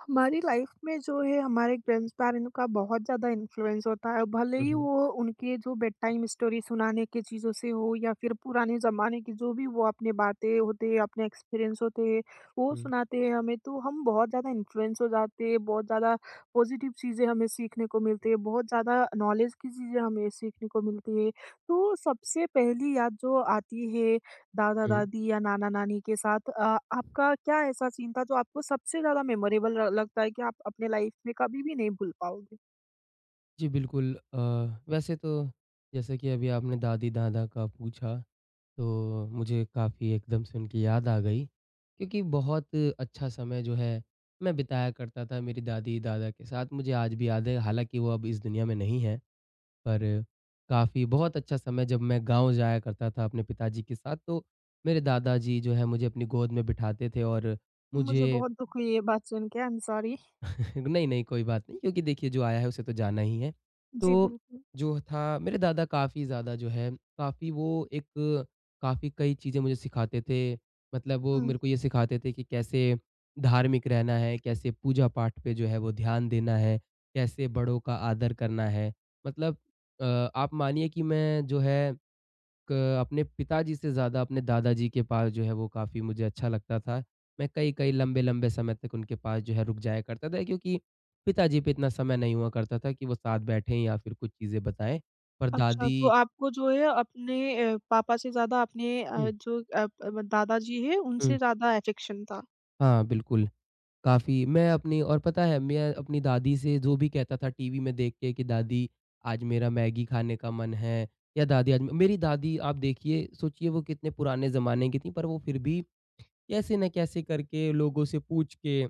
हमारी लाइफ में जो है हमारे ग्रैंडपेरेंट का बहुत ज़्यादा इन्फ्लुएंस होता है। भले हुँ, ही हुँ। वो उनके जो बेड टाइम स्टोरी सुनाने की चीज़ों से हो या फिर पुराने ज़माने की जो भी वो अपने बातें होते हैं, अपने एक्सपीरियंस होते हैं वो हुँ, सुनाते हैं हमें, तो हम बहुत ज़्यादा इन्फ्लुएंस हो जाते हैं। बहुत ज़्यादा पॉजिटिव चीज़ें हमें सीखने को मिलती है, बहुत ज़्यादा नॉलेज की चीज़ें हमें सीखने को मिलती है। तो सबसे पहली याद जो आती है हुँ। दादा-दादी या नाना-नानी के साथ आपका क्या ऐसा सीन था जो आपको सबसे ज़्यादा मेमोरेबल ल लगता है कि आप अपने लाइफ में कभी भी नहीं भूल पाओगे? जी, बिल्कुल वैसे तो जैसे कि अभी आपने दादी-दादा का पूछा, तो मुझे काफ़ी एकदम से उनकी याद आ गई, क्योंकि बहुत अच्छा समय जो है, मैं बिताया करता था मेरी दादी-दादा के साथ। मुझे आज भी याद है, हालाँकि वो अब इस दुनिया में नहीं है, पर काफ़ी बहुत अच्छा समय जब मैं गाँव जाया करता था अपने पिताजी के साथ, तो मेरे दादाजी जो है मुझे अपनी गोद में बिठाते थे और मुझे मुझे बहुत दुःख हुई ये बात सुन के, आई एम सॉरी। नहीं, नहीं, कोई बात नहीं क्योंकि देखिए जो आया है उसे तो जाना ही है। जी, तो बिल्कुल। जो था मेरे दादा काफ़ी ज़्यादा जो है काफ़ी वो एक काफ़ी कई चीज़ें मुझे सिखाते थे। मतलब वो हुँ। मेरे को ये सिखाते थे कि कैसे धार्मिक रहना है, कैसे पूजा-पाठ पे जो है वो ध्यान देना है, कैसे बड़ों का आदर करना है। मतलब अ, आप मानिए कि मैं जो है अ, अपने पिताजी से ज़्यादा अपने दादाजी के पास जो है वो काफ़ी मुझे अच्छा लगता था। मैं कई-कई लंबे-लंबे समय तक उनके पास जो है रुक जाया करता था क्योंकि पिताजी पे इतना समय नहीं हुआ करता था कि वो साथ बैठें या फिर कुछ चीज़ें बताएँ। पर अच्छा, दादी तो आपको जो है अपने पापा से ज़्यादा अपने अ, हुँ, जो अ, प दादाजी हैं हुँ। उनसे ज़्यादा अफेक्शन था। हाँ, बिल्कुल। काफ़ी मैं अपनी और पता है मैं अपनी दादी से जो भी कहता था टीवी में देख के कि दादी आज मेरा मैगी खाने का मन है या दादी आज मेरी दादी आप देखिए सोचिए वो कितने पुराने ज़माने की थी पर वो फिर भी कैसे न कैसे करके लोगों से पूछ के,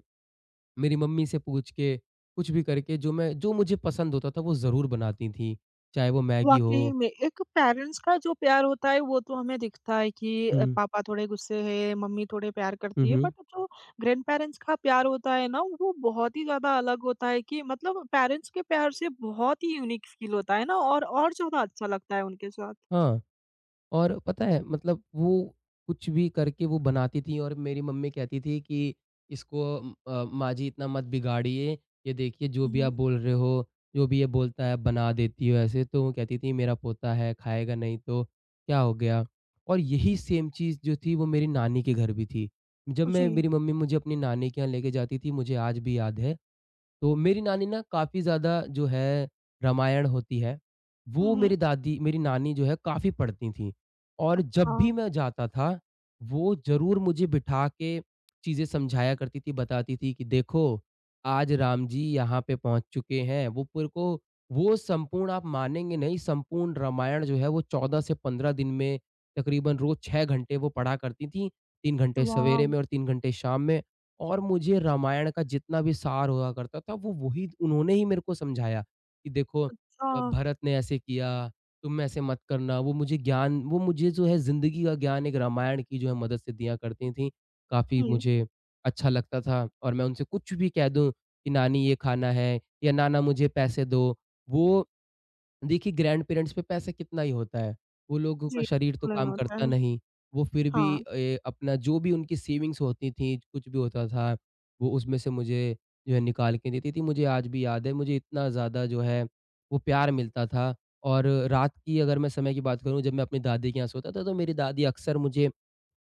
मेरी मम्मी से पूछ के, कुछ भी करके जो मुझे पसंद होता था वो ज़रूर बनाती थीं। चाहे वो मैगी वाक़ई हो में, एक पेरेंट्स का जो प्यार होता है वो तो हमें दिखता है कि हुँ। पापा थोड़े गुस्से हैं, मम्मी थोड़े प्यार हुँ, करती है, हुँ। बट जो ग्रैंडपेरेंट्स का प्यार होता है ना, वो बहुत ही ज़्यादा अलग होता है कि मतलब पेरेंट्स के प्यार से बहुत ही यूनिक फ़ील होता है ना, और ज़्यादा अच्छा लगता है उनके साथ। हाँ। और पता है मतलब वो कुछ भी करके वो बनाती थी और मेरी मम्मी कहती थी कि इसको माँ जी इतना मत बिगाड़िए, ये देखिए जो हुँ, भी हुँ। आप बोल रहे हो, जो भी ये बोलता है बना देती हो ऐसे। तो वो कहती थी मेरा पोता है, खाएगा नहीं तो क्या हो गया? और यही सेम चीज़ जो थी वो मेरी नानी के घर भी थी। जब मैं जी। मेरी मम्मी मुझे अपनी नानी के यहाँ लेके जाती थी, मुझे आज भी याद है तो मेरी नानी ना काफ़ी ज़्यादा जो है रामायण होती है, हुँ, वो हुँ। मेरी दादी मेरी नानी जो है काफ़ी पढ़ती थीं और अच्छा, जब भी मैं जाता था, वो ज़रूर मुझे बिठा के चीज़ें समझाया करती थी, बताती थी कि देखो, आज राम जी यहाँ पे पहुँच चुके हैं। वो पूरे को वो संपूर्ण आप मानेंगे नहीं, संपूर्ण रामायण जो है वो 14 से 15 दिन में तकरीबन रोज़ 6 घंटे वो पढ़ा करती थीं, 3 घंटे सवेरे वॉव! में और 3 घंटे शाम में। और मुझे रामायण का जितना भी सार हुआ करता था वो वही उन्होंने ही मेरे को समझाया कि देखो अच्छा। भरत ने ऐसे किया, तुम ऐसे मत करना। वो मुझे ज्ञान वो मुझे जो है ज़िंदगी का ज्ञान एक रामायण की जो है मदद से दिया करती थीं। काफ़ी हुँ, मुझे अच्छा लगता था और मैं उनसे कुछ भी कह दूँ कि नानी ये खाना है या नाना मुझे पैसे दो, वो देखिए ग्रैंड पेरेंट्स पे पैसा कितना ही होता है, वो लोगों का जी, शरीर तो नहीं काम होता है। करता नहीं, वो फिर भी हाँ, अपना जो भी उनकी सेविंग्स होती थी, कुछ भी होता था, वो उसमें से मुझे जो है निकाल के देती थी। मुझे आज भी याद है, मुझे इतना ज़्यादा जो है वो प्यार मिलता था और रात की अगर मैं समय की बात करूँ जब मैं अपनी दादी के यहाँ सोता था तो मेरी दादी अक्सर मुझे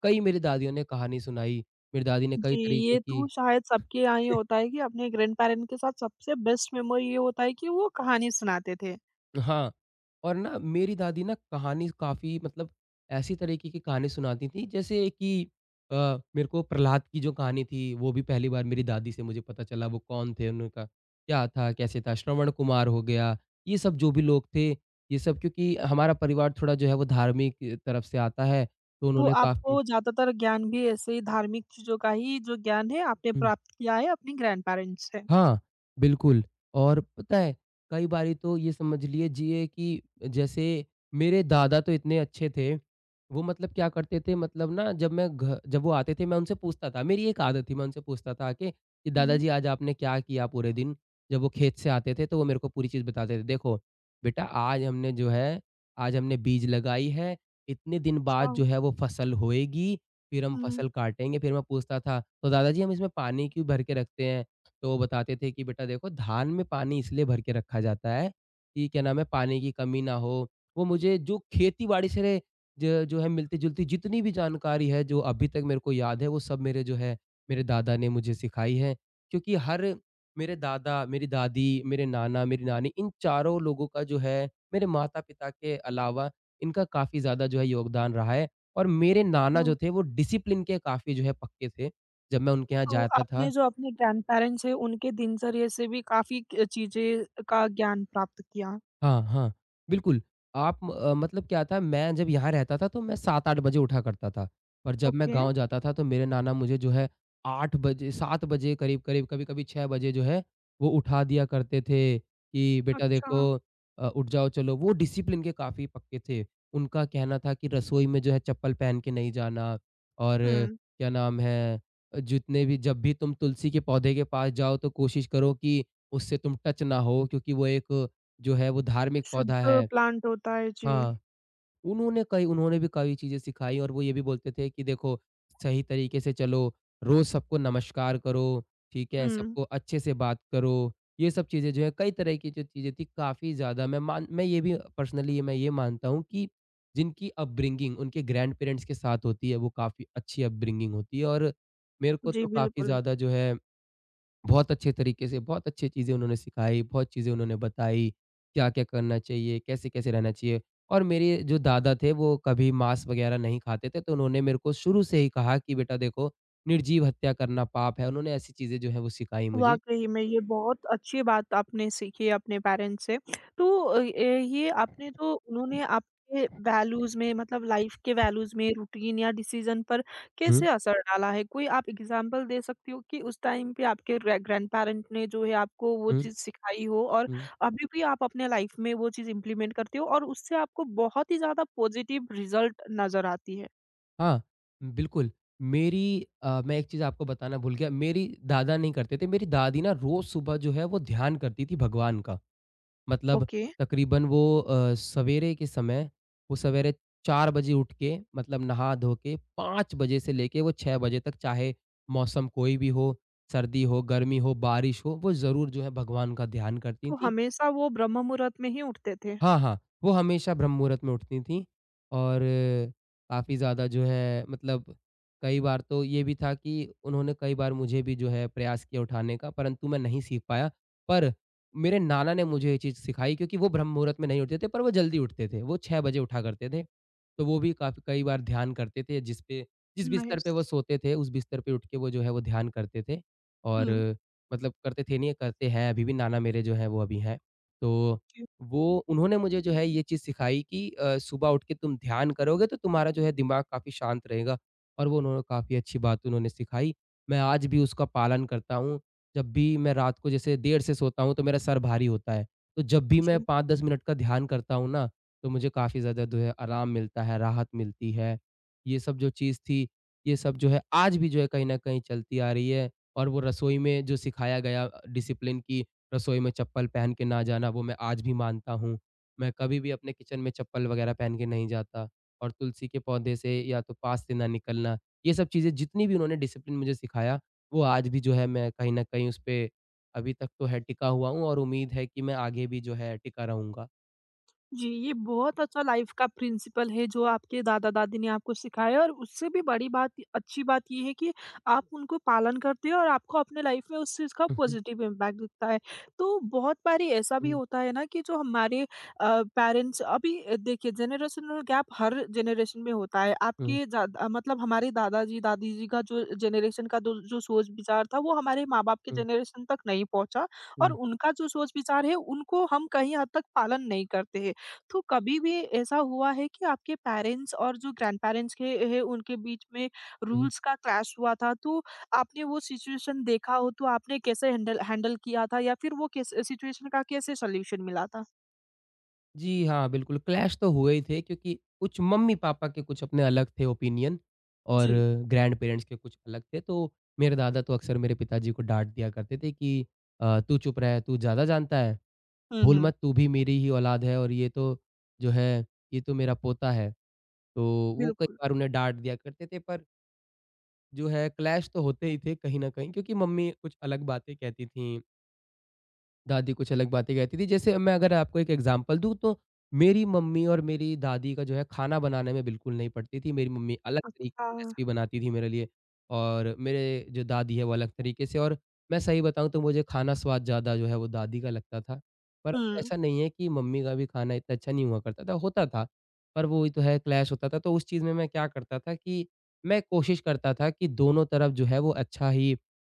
कई मेरी दादियों ने कहानी सुनाई, मेरी दादी ने कई जी, तरीके ये की तो शायद सबके यहाँ ये होता है कि अपने ग्रैंडपेरेंट के साथ सबसे बेस्ट मेमोरी ये होता है कि वो कहानी सुनाते थे। हाँ, और ना मेरी दादी ना कहानी काफ़ी मतलब ऐसी तरीके की कहानी सुनाती थी जैसे कि अ, मेरे को प्रहलाद की जो कहानी थी वो भी पहली बार मेरी दादी से मुझे पता चला वो कौन थे, उनका क्या था, कैसे था, श्रवण कुमार हो गया, ये सब जो भी लोग थे, ये सब क्योंकि हमारा परिवार थोड़ा जो है वो धार्मिक तरफ से आता है, तो तो उन्होंने काफ़ी आपको ज़्यादातर ज्ञान भी ऐसे ही धार्मिक चीज़ों का ही जो ज्ञान है आपने हुँ। प्राप्त किया है अपने ग्रैंडपेरेंट्स से? हाँ, बिल्कुल। और पता है कई बारी तो ये समझ लीजिए कि जैसे मेरे दादा तो इतने अच्छे थे, वो मतलब क्या करते थे मतलब ना जब मैं घ जब वो आते थे मैं उनसे पूछता था मेरी एक आदत थी मैं उनसे पूछता था आके कि हुँ। दादाजी आज आपने क्या किया पूरे दिन? जब वो खेत से आते थे तो वो मेरे को पूरी चीज़ बताते थे, देखो बेटा आज हमने जो है आज हमने बीज लगाई है, इतने दिन अच्छा। बाद जो है वो फसल होएगी, फिर हम हुँ, फसल काटेंगे। फिर मैं पूछता था, तो दादाजी हम इसमें पानी क्यों भर के रखते हैं? तो वो बताते थे कि बेटा देखो धान में पानी इसलिए भर के रखा जाता है कि क्या नाम है पानी की कमी ना हो। वो मुझे जो खेती-बाड़ी से रे ज जो है मिलती-जुलती जितनी भी जानकारी है जो अभी तक मेरे को याद है वो सब मेरे जो है मेरे दादा ने मुझे सिखाई है। क्योंकि हर मेरे दादा, मेरी दादी, मेरे नाना, मेरी नानी इन चारों लोगों का जो है मेरे माता-पिता के अलावा इनका काफ़ी ज़्यादा जो है योगदान रहा है और मेरे नाना जो हाँ। थे वो डिसिप्लिन के काफ़ी जो है पक्के थे। जब मैं उनके यहाँ तो जाता था आपने जो अपने ग्रैंडपेरेंट्स हैं उनके दिनचर्या से भी काफ़ी क चीज़ें का ज्ञान प्राप्त किया। हाँ, हाँ, बिल्कुल। आप मतलब क्या था मैं जब यहाँ रहता था तो मैं 7-8 बजे उठा करता था। पर जब मैं ओके, गाँव जाता था तो मेरे नाना मुझे जो है 8 बजे 7 बजे करीब-करीब कभी-कभी 6 बजे जो है वो उठा दिया करते थे कि बेटा अच्छा। देखो उठ जाओ चलो। वो डिसिप्लिन के काफ़ी पक्के थे। उनका कहना था कि रसोई में जो है चप्पल पहन के नहीं जाना और हुँ, क्या नाम है जितने भी जब भी तुम तुलसी के पौधे के पास जाओ तो कोशिश करो कि उससे तुम टच ना हो क्योंकि वो एक जो है वो धार्मिक पौधा शुद्ध है प्लांट होता है जी। हाँ, उन्होंने कई उन्होंने भी कई चीज़ें सिखाई और वो ये भी बोलते थे कि देखो, सही तरीके से चलो, रोज़ सबको नमस्कार करो, ठीक है? हुँ, सबको अच्छे से बात करो। ये सब चीज़ें जो है कई तरह की जो चीज़ें थी काफ़ी ज़्यादा मैं ये भी पर्सनली मैं ये मानता हूँ कि जिनकी अपब्रिंगिंग उनके ग्रैंड पेरेंट्स के साथ होती है, वो काफ़ी अच्छी अपब्रिंगिंग होती है और मेरे को जी तो काफ़ी बिल्कुल। ज़्यादा जो है बहुत अच्छे तरीके से, बहुत अच्छी चीज़ें उन्होंने सिखाई, बहुत चीज़ें उन्होंने बताई, क्या-क्या करना चाहिए, कैसे-कैसे रहना चाहिए। और मेरे जो दादा थे, वो कभी मांस वगैरह नहीं खाते थे, तो उन्होंने मेरे को शुरू से ही कहा कि, "बेटा देखो, निर्जीव हत्या करना पाप है।" उन्होंने ऐसी चीज़ें जो हैं, वो सिखाई मुझे। वाक़ई में ये बहुत अच्छी बात आपने सीखी अपने पेरेंट्स से। तो अ, ए ये आपने जो उन्होंने आपके वैल्यूज़ में, मतलब लाइफ़ के वैल्यूज़ में रूटीन या डिसीज़न पर हुँ, कैसे असर डाला है? कोई आप एग्ज़ाम्पल दे सकती हो कि उस टाइम पे आपके ग्रैंडपेरेंट ने जो है आपको वो हुँ, चीज़ सिखाई हो और हुँ। अभी भी आप अपने लाइफ़ में वो चीज़ इम्प्लीमेंट करते हो और उससे आपको बहुत ही ज़्यादा पॉज़िटिव रिज़ल्ट नज़र आती है? हाँ, बिल्कुल। मेरी मैं एक चीज़ आपको बताना भूल गया, मेरी दादा नहीं करते थे, मेरी दादी ना रोज़ सुबह जो है, वो ध्यान करती थी भगवान का। मतलब ओके, तकरीबन वो सवेरे के समय वो सवेरे 4 बजे उठ के मतलब नहा धो के 5 बजे से लेके वो 6 बजे तक चाहे मौसम कोई भी हो, सर्दी हो, गर्मी हो, बारिश हो, वो ज़रूर जो है भगवान का ध्यान करती तो थीं। हमेशा वो ब्रह्म मुहूर्त में ही उठते थे? हाँ, हाँ, वो हमेशा ब्रह्म मुहूर्त में उठती थीं और काफ़ी ज़्यादा जो है मतलब कई बार तो ये भी था कि उन्होंने कई बार मुझे भी जो है प्रयास किया उठाने का, परंतु मैं नहीं सीख पाया। पर मेरे नाना ने मुझे ये चीज़ सिखाई क्योंकि वो ब्रह्म मुहूर्त में नहीं उठते थे, पर वो जल्दी उठते थे, वो 6 बजे उठा करते थे। तो वो भी काफ़ी कई बार ध्यान करते थे जिस पे जिस बिस्तर पे नाइस। वो सोते थे, उस बिस्तर पे उठ के वो जो है वो ध्यान करते थे हुँ, और मतलब करते थे नहीं, करते हैं अभी भी नाना मेरे जो हैं वो अभी हैं। तो जी, वो उन्होंने मुझे जो है ये चीज़ सिखाई कि सुबह उठ के तुम ध्यान करोगे तो तुम्हारा जो है दिमाग काफ़ी शांत रहेगा और वो उन्होंने काफ़ी अच्छी बात उन्होंने सिखाई। मैं आज भी उसका पालन करता हूँ। जब भी मैं रात को जैसे देर से सोता हूँ तो मेरा सर भारी होता है। तो जब भी मैं जी। 5-10 मिनट का ध्यान करता हूँ ना, तो मुझे काफ़ी ज़्यादा जो है आराम मिलता है, राहत मिलती है। ये सब जो चीज़ थी, ये सब जो है आज भी जो है कहीं न कहीं चलती आ रही है और वो रसोई में जो सिखाया गया डिसिप्लिन की रसोई में चप्पल पहन के ना जाना वो मैं आज भी मानता हूँ। मैं कभी भी अपने किचन में चप्पल वगैरह पहन के नहीं जाता और तुलसी के पौधे से या तो पास से ना निकलना, ये सब चीज़ें जितनी भी उन्होंने डिसिप्लिन मुझे सिखाया, वो आज भी जो है मैं कहीं न कहीं उसपे अभी तक तो है टिका हुआ हूँ और उम्मीद है कि मैं आगे भी जो है टिका रहूँगा। जी, ये बहुत अच्छा लाइफ का प्रिंसिपल है जो आपके दादा-दादी ने आपको सिखाया और उससे भी बड़ी बात अच्छी बात ये है कि आप उनको पालन करते हो और आपको अपने लाइफ में उस चीज़ का हुँ, हुँ। पॉजिटिव इम्पैक्ट दिखता है। तो बहुत बारी ऐसा भी हुँ, होता है ना कि जो हमारे पेरेंट्स अभी देखिए जनरेशनल गैप हर जनरेशन में होता है। हुँ, मतलब हमारे दादाजी, दादी जी का जो जनरेशन का दो जो सोच-विचार था वो हमारे माँ-बाप के हुँ, जनरेशन तक नहीं पहुँचा और हुँ, उनका जो सोच-विचार है उनको हम कहीं हद तक पालन नहीं करते हैं। तो कभी भी ऐसा हुआ है कि आपके पेरेंट्स और जो ग्रैंडपेरेंट्स के है उनके बीच में हुँ। रूल्स का क्लैश हुआ था तो आपने वो सिचुएशन देखा हो तो आपने कैसे हैंडल हैंडल किया था या फिर वो कैसे सिचुएशन का कैसे सॉल्यूशन मिला था? जी हाँ, बिल्कुल क्लैश तो हुए ही थे क्योंकि कुछ मम्मी-पापा के कुछ अपने अलग थे ओपिनियन और जी। ग्रैंड पेरेंट्स के कुछ अलग थे। तो मेरे दादा तो अक्सर मेरे पिताजी को डाँट दिया करते थे कि "तू चुप रह, तू ज़्यादा जानता है, हुँ, भूल हुँ। मत, तू भी मेरी ही औलाद है और ये तो जो है, ये तो मेरा पोता है।" तो वो कई बिल्कुल। बार उन्हें डाँट दिया करते थे। पर जो है क्लैश तो होते ही थे कहीं न कहीं, क्योंकि मम्मी कुछ अलग बातें कहती थीं। दादी कुछ अलग बातें कहती थी। जैसे अब मैं अगर आपको एक एग्ज़ाम्पल दूँ तो मेरी मम्मी और मेरी दादी का जो है खाना बनाने में बिल्कुल नहीं पड़ती थी। मेरी मम्मी अलग तरीके की हाँ। रेसिपी बनाती थी मेरे लिए और मेरे जो दादी है वो अलग तरीके से। और मैं सही बताऊँ तो मुझे खाना स्वाद ज़्यादा जो है वो दादी का लगता था। पर हुँ। ऐसा नहीं है कि मम्मी का भी खाना इतना अच्छा नहीं हुआ करता था, होता था। पर वो ही तो है क्लैश होता था। तो उस चीज़ में मैं क्या करता था कि मैं कोशिश करता था कि दोनों तरफ जो है वो अच्छा ही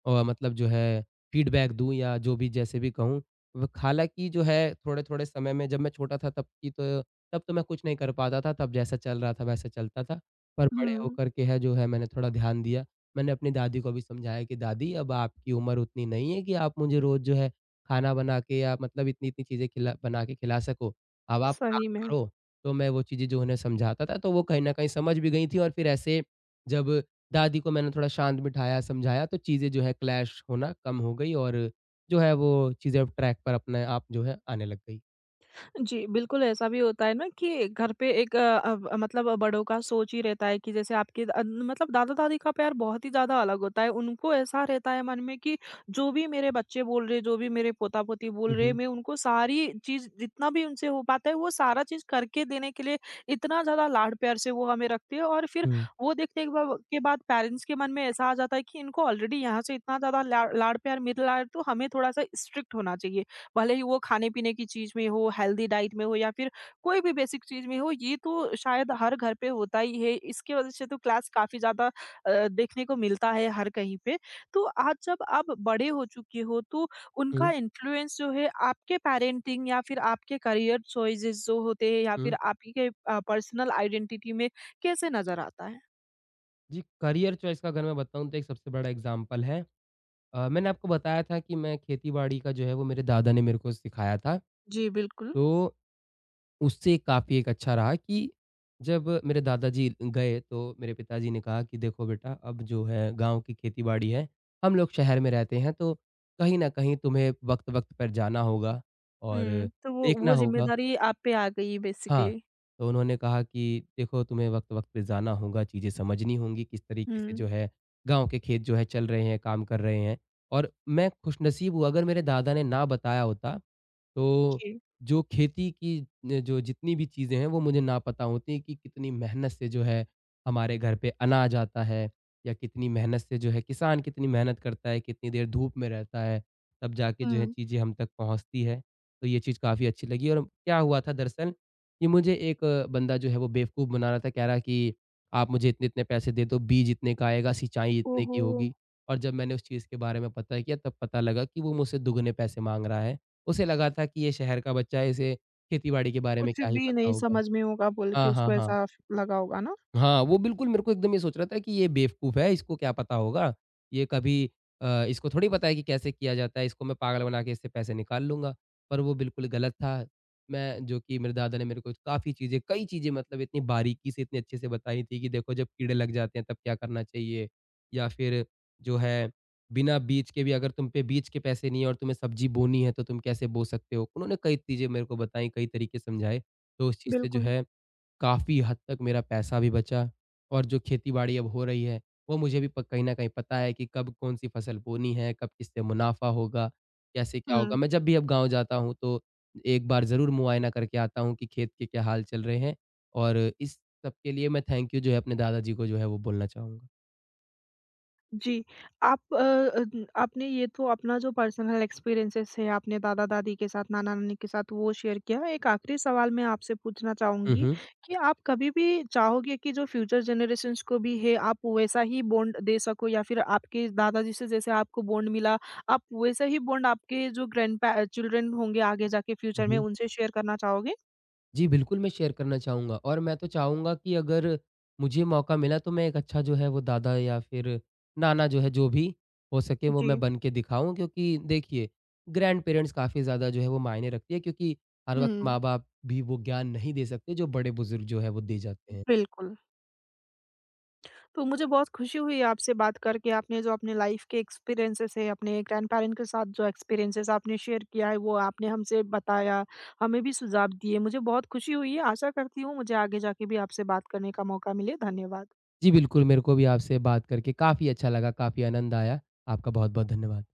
मतलब जो है फीडबैक दूँ या जो भी जैसे भी कहूँ। व हालाँकि जो है थोड़े-थोड़े समय में जब मैं छोटा था तब की तो, तब तो मैं कुछ नहीं कर पाता था। तब जैसा चल रहा था वैसा चलता था। पर बड़े हुँ। होकर के है जो है मैंने थोड़ा ध्यान दिया। मैंने अपनी दादी को भी समझाया कि दादी, अब आपकी उम्र उतनी नहीं है कि आप मुझे रोज़ जो है खाना बना के या मतलब इतनी-इतनी चीज़ें खिला बना के खिला सको। अब आप आराम सही में। करो। तो मैं वो चीज़ें जो उन्हें समझाता था तो वो कहीं न कहीं समझ भी गई थी और फिर ऐसे जब दादी को मैंने थोड़ा शांत बिठाया, समझाया, तो चीज़ें जो है क्लैश होना कम हो गई और जो है वो चीज़ें अब ट्रैक पर अपने आप जो है आने लग गई। जी, बिल्कुल ऐसा भी होता है ना कि घर पे अब मतलब बड़ों का सोच ही रहता है कि जैसे आपके द मतलब दादा-दादी का प्यार बहुत ही ज़्यादा अलग होता है। उनको ऐसा रहता है मन में कि जो भी मेरे बच्चे बोल रहे हैं, जो भी मेरे पोता-पोती हुँ, बोल रहे हैं, हुँ। मैं उनको सारी चीज़ जितना भी उनसे हो पाता है, वो सारा चीज़ करके देने के लिए इतना ज़्यादा लाड प्यार से वो हमें रखते हैं और फिर हुँ, वो देखने के बा के बाद पेरेंट्स के मन में ऐसा आ जाता है कि इनको ऑलरेडी यहाँ से इतना ज़्यादा ला लाड प्यार मिल रहा है, तो हमें थोड़ा-सा स्ट्रिक्ट होना चाहिए। भले ही वो खाने-पीने की चीज़ में हो, हेल्दी डाइट में हो या फिर कोई भी बेसिक चीज़ में हो, ये तो शायद हर घर पे होता ही है। इसके वजह से तो क्लास काफ़ी ज़्यादा देखने को मिलता है हर कहीं पे। तो आज जब आप बड़े हो चुके हो तो उनका हुँ। इन्फ्लुएंस जो है आपके पैरेंटिंग या फिर आपके करियर चॉइसेस जो होते हैं या फिर हुँ। आपके पर्सनल आइडेंटिटी में कैसे नज़र आता है? जी, करियर चॉइस का अगर मैं बताऊँ तो एक सबसे बड़ा एग्ज़ाम्पल है। मैंने आपको बताया था कि मैं खेती-बाड़ी का जो है वो मेरे दादा ने मेरे को सिखाया था। जी, बिल्कुल। तो उससे काफ़ी एक अच्छा रहा कि जब मेरे दादाजी गए तो मेरे पिताजी ने कहा कि देखो बेटा, अब जो है गाँव की खेती-बाड़ी है, हम लोग शहर में रहते हैं तो कहीं न कहीं तुम्हें वक़्त-वक़्त पर जाना होगा और हुँ, तो वो देखना वो होगा। ज़िम्मेदारी आप पे आ गई हाँ, बेसिकली। तो उन्होंने कहा कि देखो तुम्हें वक़्त-वक़्त पे जाना होगा, चीज़ें समझनी होंगी, किस तरीके से हुँ, जो है गाँव के खेत जो है चल रहे हैं, काम कर रहे हैं। और मैं खुशनसीब हूँ, अगर मेरे दादा ने ना बताया होता, तो जी। जो खेती की न जो जितनी भी चीज़ें हैं वो मुझे ना पता होती कि कितनी मेहनत से जो है हमारे घर पे अनाज आता है, या कितनी मेहनत से जो है किसान कितनी मेहनत करता है, कितनी देर धूप में रहता है, तब जाके जो है हुँ। चीज़ें हम तक पहुँचती है। तो ये चीज़ काफ़ी अच्छी लगी। और क्या हुआ था दरअसल, ये मुझे एक बंदा जो है वो बेवकूफ़ बना रहा था, कह रहा कि आप मुझे इतने-इतने पैसे दे दो, बीज इतने का आएगा, सिंचाई इतने की ओहो! होगी। और जब मैंने उस चीज़ के बारे में पता किया तब पता लगा कि वो मुझसे दुगने पैसे माँग रहा है। उसे लगा था कि ये शहर का बच्चा है, इसे खेती-बाड़ी के बारे में कुछ क्या ही भी पता नहीं होगा। समझ में होगा बोल के हाँ, हाँ, उसको हाँ। ऐसा फ लगा होगा ना? हाँ, वो बिल्कुल मेरे को एकदम ये सोच रहा था कि ये बेवकूफ़ है, इसको क्या पता होगा? ये कभी इसको थोड़ी पता है कि कैसे किया जाता है, इसको मैं पागल बना के इससे पैसे निकाल लूँगा। पर वो बिल्कुल गलत था। मैं जो कि मेरे दादा ने मेरे को काफ़ी चीज़ें कई चीज़ें, मतलब इतनी बारीकी से, इतने अच्छे से बताई थी कि देखो जब कीड़े लग जाते हैं तब क्या करना चाहिए? या फिर जो है बिना बीज के भी, अगर तुम पे बीज के पैसे नहीं है और तुम्हें सब्ज़ी बोनी है तो तुम कैसे बो सकते हो? उन्होंने कई चीज़ें मेरे को बताई, कई तरीके समझाए। तो उस चीज़ से जो बिल्कुल। है काफ़ी हद तक मेरा पैसा भी बचा। और जो खेती-बाड़ी अब हो रही है, वो मुझे भी प कहीं न कहीं पता है कि कब कौन-सी फसल बोनी है, कब किससे मुनाफ़ा होगा, कैसे क्या होगा। हुँ, मैं जब भी अब गाँव जाता हूँ तो एक बार ज़रूर मुआयना करके आता हूँ कि खेत के क्या हाल चल रहे हैं। और इस सब के लिए मैं थैंक यू जो है अपने दादा जी को जो है वो बोलना चाहूँगा। जी। आप अ, अन आपने ये तो अपना जो पर्सनल एक्सपीरियंसेस है आपने दादा-दादी के साथ, नाना-नानी के साथ वो शेयर किया। एक आखिरी सवाल मैं आपसे पूछना हुँ, चाहूँगी हुँ। कि आप कभी भी चाहोगे कि जो फ्यूचर जनरेशंस को भी है आप वैसा ही बॉन्ड दे सको या फिर आपके दादाजी से जैसे आपको बॉन्ड मिला, आप वैसा ही बॉन्ड आपके जो ग्रैंडपै चिल्ड्रन होंगे आगे जाके हुँ, फ्यूचर में हुँ। उनसे शेयर करना चाहोगे? जी, बिल्कुल, मैं शेयर करना चाहूँगा। और मैं तो चाहूँगा कि अगर मुझे मौका मिला तो मैं एक अच्छा जो है वो दादा या फिर नाना जो है, जो भी हो सके वो जी। मैं बन के दिखाऊँ, क्योंकि देखिए, ग्रैंड-पेरेंट्स काफ़ी ज़्यादा जो है वो मायने रखती है, क्योंकि हर वक़्त हुँ, माँ-बाप भी वो ज्ञान नहीं दे सकते जो बड़े-बुज़ुर्ग जो है वो दे जाते हैं। बिल्कुल। तो मुझे बहुत खुशी हुई आपसे बात करके, आपने जो अपने लाइफ़ के एक्सपीरियंसेस है, अपने ग्रैंडपेरेंट के साथ जो एक्सपीरियंसेस आपने शेयर किया है, वो आपने हमसे बताया, हमें भी सुझाव दिए। मुझे बहुत खुशी हुई है, आशा करती हूँ मुझे आगे जाके भी आपसे बात करने का मौका मिले। धन्यवाद। जी, बिल्कुल, मेरे को भी आपसे बात करके काफ़ी अच्छा लगा, काफ़ी आनंद आया। आपका बहुत-बहुत धन्यवाद।